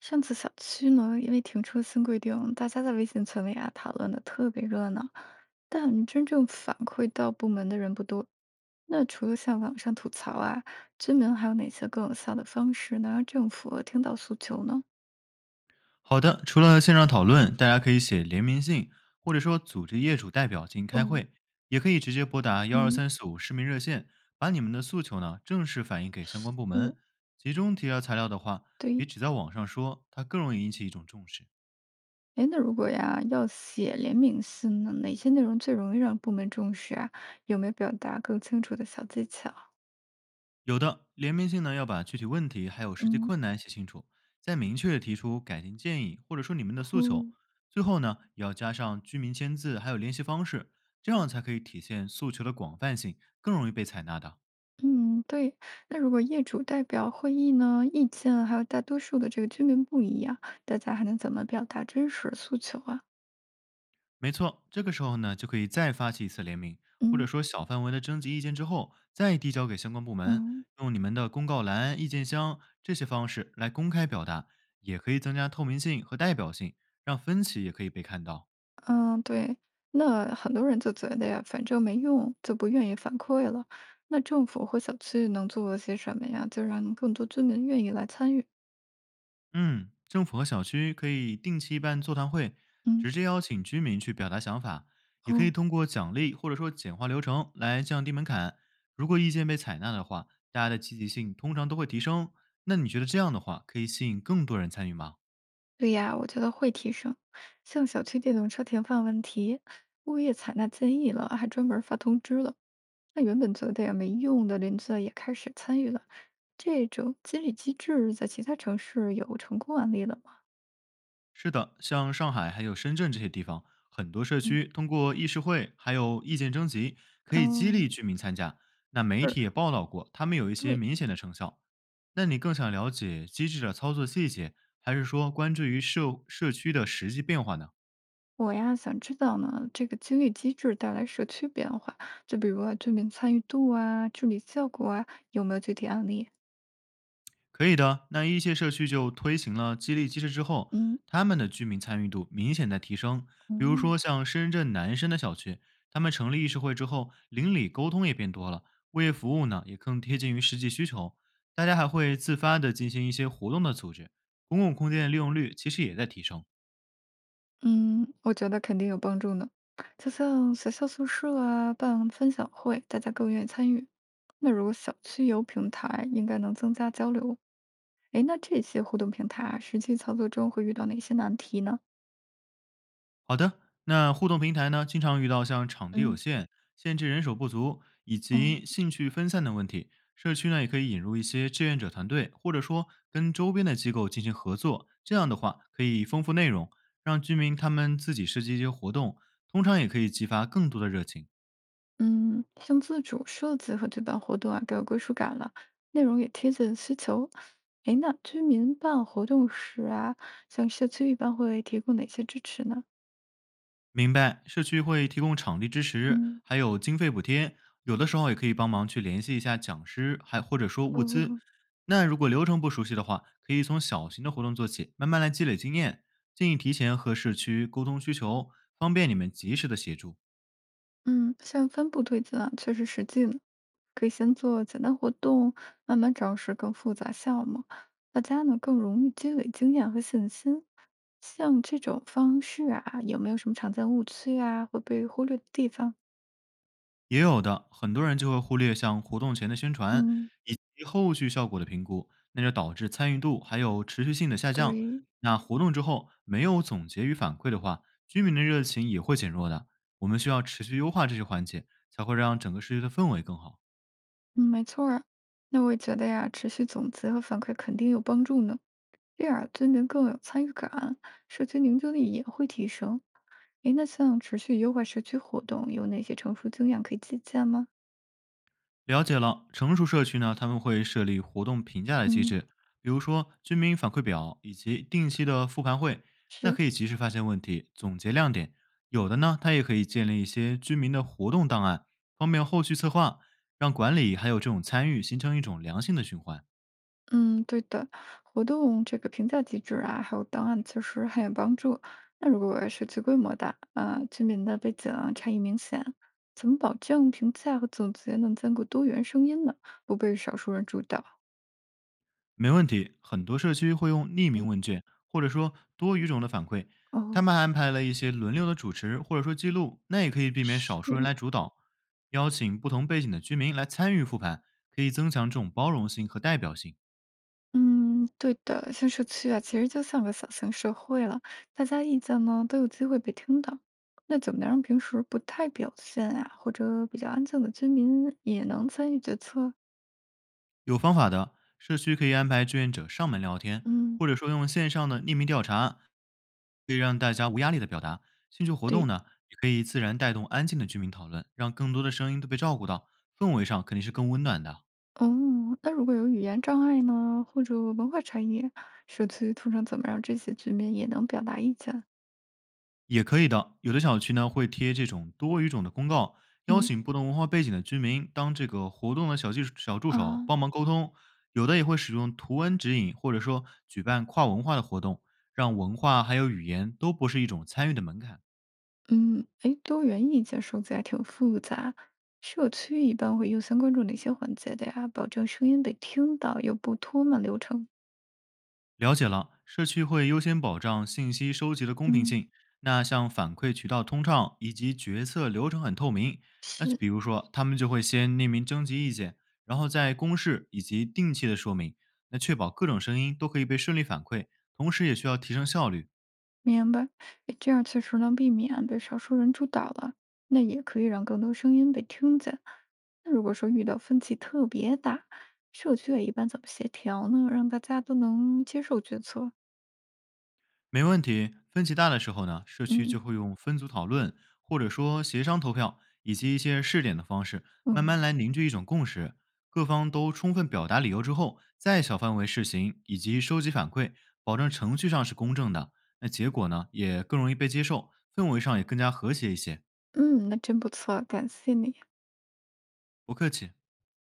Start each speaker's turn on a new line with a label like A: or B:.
A: 上次小区呢，因为停车新规定，大家在微信群里啊讨论的特别热闹，但真正反馈到部门的人不多。那除了像网上吐槽啊，居民还有哪些更有效的方式能让政府听到诉求呢？
B: 好的，除了线上讨论，大家可以写联名信，或者说组织业主代表进行
A: 哦，
B: 开会，也可以直接拨打幺二
A: 嗯，
B: 三四五市民热线，把你们的诉求呢正式反映给相关部
A: 嗯，
B: 门。集中提交材料的话，
A: 对。
B: 比只在网上说，它更容易引起一种重视。
A: 哎，那如果呀要写联名信呢，哪些内容最容易让部门重视啊？有没有表达更清楚的小技巧？
B: 有的联名信呢要把具体问题还有实际
A: 嗯，
B: 困难写清楚，再明确地提出改进建议，或者说你们的诉求。
A: 哦。
B: 最后呢，也要加上居民签字还有联系方式，这样才可以体现诉求的广泛性，更容易被采纳的。
A: 嗯，对。那如果业主代表会议呢，意见还有大多数的这个居民不一样，大家还能怎么表达真实诉求啊？
B: 没错，这个时候呢，就可以再发起一次联名，或者
A: 嗯
B: 说小范围的征集意见之后，再递交给相关部门，
A: 嗯，
B: 用你们的公告栏、意见箱这些方式来公开表达，也可以增加透明性和代表性，让分歧也可以被看到。
A: 嗯，对。那很多人就觉得呀，反正没用，就不愿意反馈了。那政府和小区能做些什么呀？就让更多居民愿意来参与。
B: 嗯，政府和小区可以定期办座谈会，
A: 嗯，
B: 直接邀请居民去表达想法，也可以
A: 哦，
B: 通过奖励或者说简化流程来降低门槛。如果意见被采纳的话，大家的积极性通常都会提升。那你觉得这样的话可以吸引更多人参与吗？
A: 对呀，我觉得会提升。像小区电动车停放问题，物业采纳建议了，还专门发通知了。那原本觉得呀没用的邻居也开始参与了，这种激励机制在其他城市有成功案例了吗？
B: 是的，像上海还有深圳这些地方，很多社
A: 嗯，
B: 区通过议事会还有意见征集，可以激
A: 哦，
B: 励居民参加。那媒
A: 是，
B: 体也报道过，他们有一些
A: 对，
B: 明显的成效。那你更想了解机制的操作细节，还是说关注于社区的实际变化呢？
A: 我呀想知道呢，这个激励机制带来社区变化，就比如啊居民参与度啊、治理效果啊，有没有具体案例？
B: 可以的，那一些社区就推行了激励机制之后，
A: 嗯
B: 他们的居民参与度明显在提升。比如说
A: 嗯
B: 像深圳南山的小区，他们成立议事会之后，邻里沟通也变多了，物业服务呢也更贴近于实际需求。大家还会自发的进行一些活动的组织，公共空间的利用率其实也在提升。
A: 嗯，我觉得肯定有帮助呢。就像学校宿舍啊，办分享会，大家更愿意参与。那如果小区有平台，应该能增加交流。诶，那这些互动平台啊，实际操作中会遇到哪些难题呢？
B: 好的，那互动平台呢，经常遇到像场地有
A: 嗯，
B: 限、限制人手不足以
A: 嗯
B: 及兴趣分散的问题。社区呢，也可以引入一些志愿者团队，或者说跟周边的机构进行合作。这样的话，可以丰富内容，让居民他们自己设计一些活动，通常也可以激发更多的热情。
A: 嗯，像自主设计和举办活动啊，更有归属感了，内容也贴近需求。诶，那居民办活动时啊，像社区一般会提供哪些支持呢？
B: 明白，社区会提供场地支持，
A: 嗯，
B: 还有经费补贴，有的时候也可以帮忙去联系一下讲师，还或者说物资。
A: 哦。
B: 那如果流程不熟悉的话，可以从小型的活动做起，慢慢来积累经验。建议提前和社区沟通需求，方便你们及时的协助。
A: 嗯，像分布推进啊，确实实际呢。可以先做简单活动，慢慢尝试更复杂项目，大家呢更容易积累经验和信心。像这种方式啊，有没有什么常见误区啊，会被忽略的地方？
B: 也有的，很多人就会忽略像活动前的宣传
A: 嗯，
B: 以及后续效果的评估，那就导致参与度还有持续性的下降。
A: 对，
B: 那活动之后没有总结与反馈的话，居民的热情也会减弱的。我们需要持续优化这些环节，才会让整个社区的氛围更好。
A: 嗯，没错儿啊。那我也觉得呀，持续总结和反馈肯定有帮助呢。这样居民更有参与感，社区凝聚力也会提升。诶，那像持续优化社区活动，有哪些成熟经验可以借鉴吗？
B: 了解了，成熟社区呢，他们会设立活动评价的机
A: 嗯。
B: 制，比如说居民反馈表以及定期的复盘会，那
A: 是，
B: 可以及时发现问题，总结亮点。有的呢，它也可以建立一些居民的活动档案，方便后续策划，让管理还有这种参与形成一种良性的循环。
A: 嗯，对的，活动这个评价机制啊，还有档案其实很有帮助。那如果社区规模大，啊，居民的背景啊差异明显，怎么保证评价和总结能兼顾多元声音呢？不被少数人主导？
B: 没问题，很多社区会用匿名问卷，或者说多语种的反馈。他
A: 哦，
B: 们还安排了一些轮流的主持，或者说记录，那也可以避免少数人来
A: 是，
B: 主导。邀请不同背景的居民来参与复盘，可以增强这种包容性和代表性。
A: 嗯，对的，像社区啊，其实就像个小型社会了，大家意见呢都有机会被听到。那怎么能让平时不太表现啊，或者比较安静的居民也能参与决策？
B: 有方法的社区可以安排志愿者上门聊天，
A: 嗯，
B: 或者说用线上的匿名调查，可以让大家无压力的表达。兴趣活动
A: 对。
B: 呢，也可以自然带动安静的居民讨论，让更多的声音都被照顾到，氛围上肯定是更温暖的。
A: 哦，那如果有语言障碍呢，或者文化差异，社区通常怎么让这些居民也能表达意见？
B: 也可以的。有的小区呢会贴这种多语种的公告，邀
A: 嗯
B: 请不同文化背景的居民当这个活动的小技小助手，
A: 啊，
B: 帮忙沟通。有的也会使用图文指引，或者说举办跨文化的活动，让文化还有语言都不是一种参与的门槛。
A: 嗯，哎，多元意见收集还挺复杂，社区一般会优先关注哪些环节的呀？保证声音被听到，又不拖慢流程。
B: 了解了，社区会优先保障信息收集的公平
A: 嗯，
B: 性。那像反馈渠道通畅以及决策流程很透明，那就
A: 是。
B: 比如说他们就会先匿名征集意见，然后再公示以及定期的说明，那确保各种声音都可以被顺利反馈，同时也需要提升效率。
A: 明白，诶这样确实能避免啊被少数人主导了，那也可以让更多声音被听见。那如果说遇到分歧特别大，社区也一般怎么协调呢？让大家都能接受决策。
B: 没问题。分歧大的时候呢，社区
A: 嗯
B: 就会用分组讨论，或者说协商投票，以及一些试点的方式，慢慢
A: 嗯，
B: 来凝聚一种共识。各方都充分表达理由之后，再小范围试行，以及收集反馈，保证程序上是公正的。那结果呢，也更容易被接受，氛围上也更加和谐一些。
A: 嗯，那真不错，感谢你。
B: 不客气。